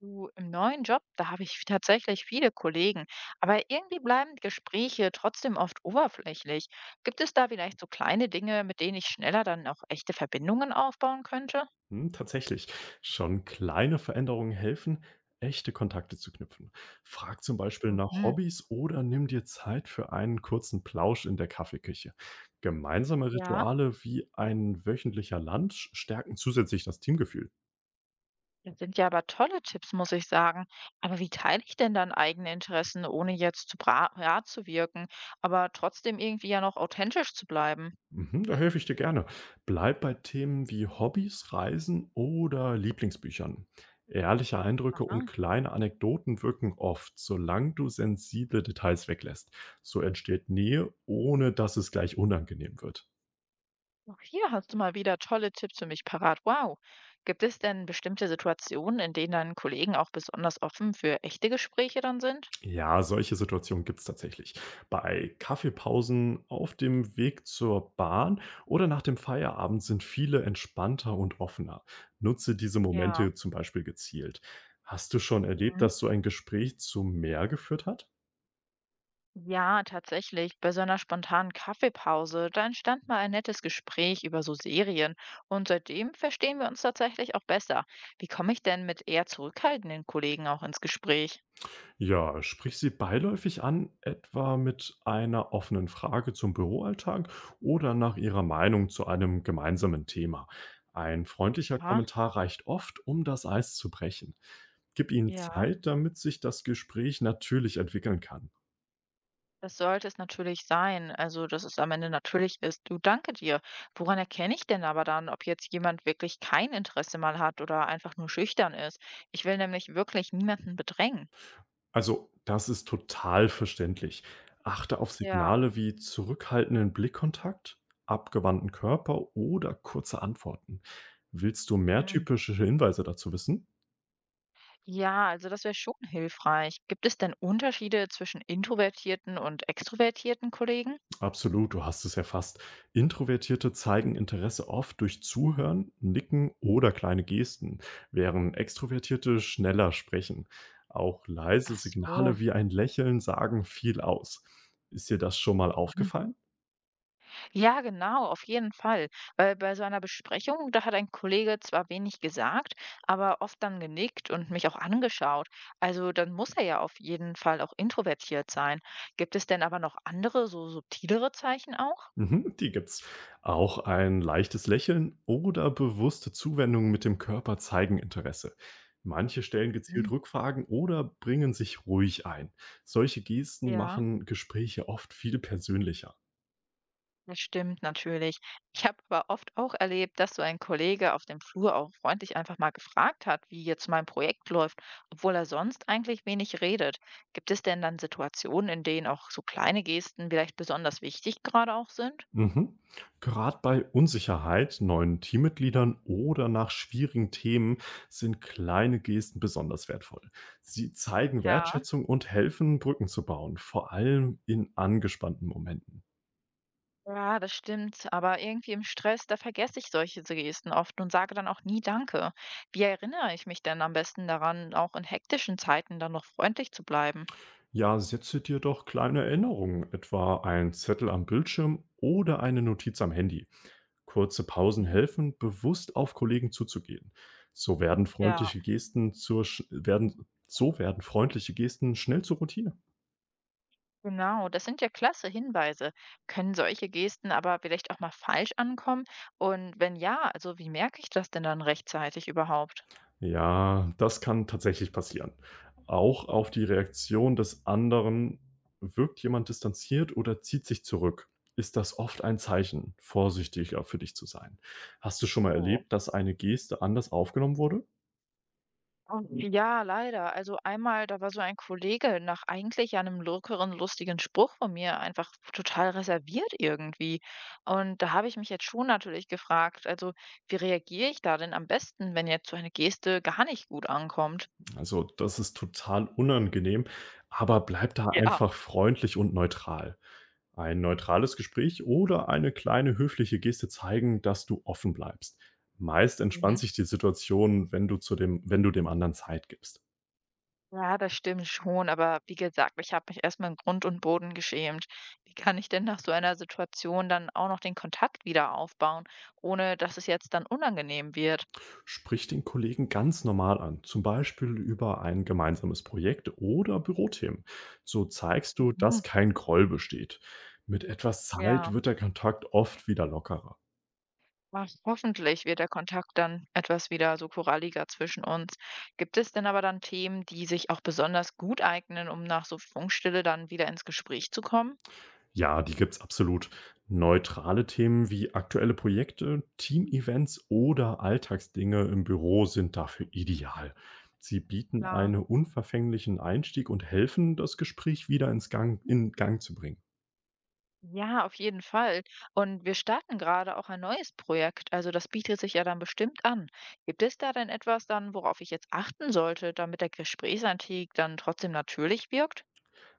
Du, im neuen Job, da habe ich tatsächlich viele Kollegen, aber irgendwie bleiben Gespräche trotzdem oft oberflächlich. Gibt es da vielleicht so kleine Dinge, mit denen ich schneller dann auch echte Verbindungen aufbauen könnte? Hm, tatsächlich. Schon kleine Veränderungen helfen, echte Kontakte zu knüpfen. Frag zum Beispiel nach Mhm. Hobbys oder nimm dir Zeit für einen kurzen Plausch in der Kaffeeküche. Gemeinsame Ja, Rituale wie ein wöchentlicher Lunch stärken zusätzlich das Teamgefühl. das sind ja aber tolle Tipps, muss ich sagen. Aber wie teile ich denn dann eigene Interessen, ohne jetzt zu bra ja, zu wirken, aber trotzdem irgendwie ja noch authentisch zu bleiben? Mhm, da helfe ich dir gerne. Bleib bei Themen wie Hobbys, Reisen oder Lieblingsbüchern. Ehrliche Eindrücke und Aha. kleine Anekdoten wirken oft, solange du sensible Details weglässt. So entsteht Nähe, ohne dass es gleich unangenehm wird. Auch hier hast du mal wieder tolle Tipps für mich parat. Wow. Gibt es denn bestimmte Situationen, in denen deine Kollegen auch besonders offen für echte Gespräche dann sind? Ja, solche Situationen gibt's tatsächlich. Bei Kaffeepausen auf dem Weg zur Bahn oder nach dem Feierabend sind viele entspannter und offener. Nutze diese Ja. Momente zum Beispiel gezielt. Hast du schon erlebt, Mhm. dass so ein Gespräch zu mehr geführt hat? Ja, tatsächlich. Bei so einer spontanen Kaffeepause, da entstand mal ein nettes Gespräch über so Serien, und seitdem verstehen wir uns tatsächlich auch besser. Wie komme ich denn mit eher zurückhaltenden Kollegen auch ins Gespräch? Ja, sprich sie beiläufig an, etwa mit einer offenen Frage zum Büroalltag oder nach ihrer Meinung zu einem gemeinsamen Thema. Ein freundlicher Ja, Kommentar reicht oft, um das Eis zu brechen. Gib ihnen ja. Zeit, damit sich das Gespräch natürlich entwickeln kann. Das sollte es natürlich sein, also dass es am Ende natürlich ist. Du, danke dir. Woran erkenne ich denn aber dann, ob jetzt jemand wirklich kein Interesse mal hat oder einfach nur schüchtern ist? Ich will nämlich wirklich niemanden bedrängen. Also, das ist total verständlich. Achte auf Ja, Signale wie zurückhaltenden Blickkontakt, abgewandten Körper oder kurze Antworten. Willst du mehr mhm, typische Hinweise dazu wissen? ja, also das wäre schon hilfreich. Gibt es denn Unterschiede zwischen introvertierten und extrovertierten Kollegen? Absolut, du hast es erfasst. Introvertierte zeigen Interesse oft durch Zuhören, Nicken oder kleine Gesten, während Extrovertierte schneller sprechen. Auch leise Ach so. Signale wie ein Lächeln sagen viel aus. Ist dir das schon mal aufgefallen? Ja, genau, auf jeden Fall. Weil bei so einer Besprechung, da hat ein Kollege zwar wenig gesagt, aber oft dann genickt und mich auch angeschaut. Also dann muss er ja auf jeden Fall auch introvertiert sein. Gibt es denn aber noch andere, so subtilere Zeichen auch? Mhm, die gibt's. Auch ein leichtes Lächeln oder bewusste Zuwendungen mit dem Körper zeigen Interesse. Manche stellen Hm. gezielt Rückfragen oder bringen sich ruhig ein. Solche Gesten Ja. machen Gespräche oft viel persönlicher. Das stimmt natürlich. Ich habe aber oft auch erlebt, dass so ein Kollege auf dem Flur auch freundlich einfach mal gefragt hat, wie jetzt mein Projekt läuft, obwohl er sonst eigentlich wenig redet. Gibt es denn dann Situationen, in denen auch so kleine Gesten vielleicht besonders wichtig gerade auch sind? Mhm. Gerade bei Unsicherheit, neuen Teammitgliedern oder nach schwierigen Themen sind kleine Gesten besonders wertvoll. Sie zeigen Ja, Wertschätzung und helfen, Brücken zu bauen, vor allem in angespannten Momenten. ja, das stimmt. Aber irgendwie im Stress, da vergesse ich solche Gesten oft und sage dann auch nie Danke. Wie erinnere ich mich denn am besten daran, auch in hektischen Zeiten dann noch freundlich zu bleiben? Ja, setze dir doch kleine Erinnerungen, etwa ein Zettel am Bildschirm oder eine Notiz am Handy. Kurze Pausen Mhm. helfen, bewusst auf Kollegen zuzugehen. So werden Ja. freundliche Gesten zur, sch- werden, so werden freundliche Gesten schnell zur Routine. Genau, das sind ja klasse Hinweise. Können solche Gesten aber vielleicht auch mal falsch ankommen? Und wenn ja, also wie merke ich das denn dann rechtzeitig überhaupt? Ja, das kann tatsächlich passieren. Auch auf die Reaktion des anderen wirkt jemand distanziert oder zieht sich zurück. Ist das oft ein Zeichen, vorsichtiger für dich zu sein? Hast du schon mal So. erlebt, dass eine Geste anders aufgenommen wurde? Und ja, leider. Also einmal, da war so ein Kollege nach eigentlich ja einem lockeren, lustigen Spruch von mir einfach total reserviert irgendwie. Und da habe ich mich jetzt schon natürlich gefragt, also wie reagiere ich da denn am besten, wenn jetzt so eine Geste gar nicht gut ankommt? Also, das ist total unangenehm, aber bleib da Ja, einfach freundlich und neutral. Ein neutrales Gespräch oder eine kleine höfliche Geste zeigen, dass du offen bleibst. Meist entspannt mhm. sich die Situation, wenn du dem anderen Zeit gibst. Ja, das stimmt schon, aber wie gesagt, ich habe mich erstmal in Grund und Boden geschämt. Wie kann ich denn nach so einer Situation dann auch noch den Kontakt wieder aufbauen, ohne dass es jetzt dann unangenehm wird? Sprich den Kollegen ganz normal an, zum Beispiel über ein gemeinsames Projekt oder Bürothemen. So zeigst du, Mhm. dass kein Groll besteht. Mit etwas Zeit Ja, wird der Kontakt oft wieder lockerer. Hoffentlich wird der Kontakt dann etwas wieder so koralliger zwischen uns. Gibt es denn aber dann Themen, die sich auch besonders gut eignen, um nach so Funkstille dann wieder ins Gespräch zu kommen? Ja, die gibt's absolut. Neutrale Themen wie aktuelle Projekte, Team-Events oder Alltagsdinge im Büro sind dafür ideal. Sie bieten Klar. einen unverfänglichen Einstieg und helfen, das Gespräch wieder in Gang zu bringen. Ja, auf jeden Fall. Und wir starten gerade auch ein neues Projekt. Also das bietet sich ja dann bestimmt an. Gibt es da denn etwas dann, worauf ich jetzt achten sollte, damit der Gesprächsantik dann trotzdem natürlich wirkt?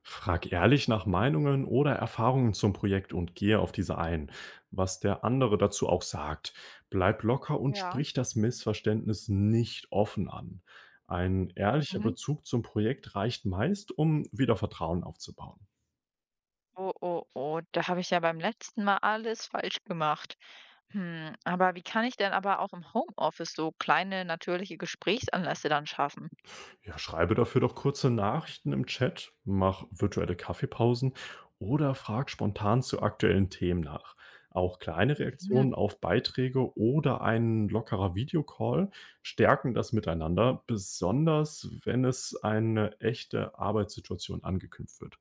Frag ehrlich nach Meinungen oder Erfahrungen zum Projekt und gehe auf diese ein, was der andere dazu auch sagt. Bleib locker und Ja. sprich das Missverständnis nicht offen an. Ein ehrlicher Mhm. Bezug zum Projekt reicht meist, um wieder Vertrauen aufzubauen. Oh, oh, oh, da habe ich ja beim letzten Mal alles falsch gemacht. Hm, aber wie kann ich denn aber auch im Homeoffice so kleine natürliche Gesprächsanlässe dann schaffen? Ja, schreibe dafür doch kurze Nachrichten im Chat, mach virtuelle Kaffeepausen oder frag spontan zu aktuellen Themen nach. Auch kleine Mhm. Reaktionen auf Beiträge oder ein lockerer Videocall stärken das Miteinander, besonders wenn es eine echte Arbeitssituation angekündigt wird.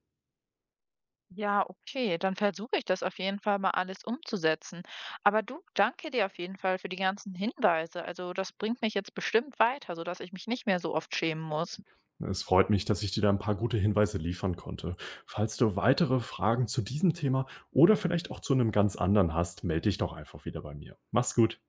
Ja, okay, dann versuche ich das auf jeden Fall mal alles umzusetzen. Aber du, danke dir auf jeden Fall für die ganzen Hinweise. Also das bringt mich jetzt bestimmt weiter, sodass ich mich nicht mehr so oft schämen muss. Es freut mich, dass ich dir da ein paar gute Hinweise liefern konnte. Falls du weitere Fragen zu diesem Thema oder vielleicht auch zu einem ganz anderen hast, melde dich doch einfach wieder bei mir. Mach's gut.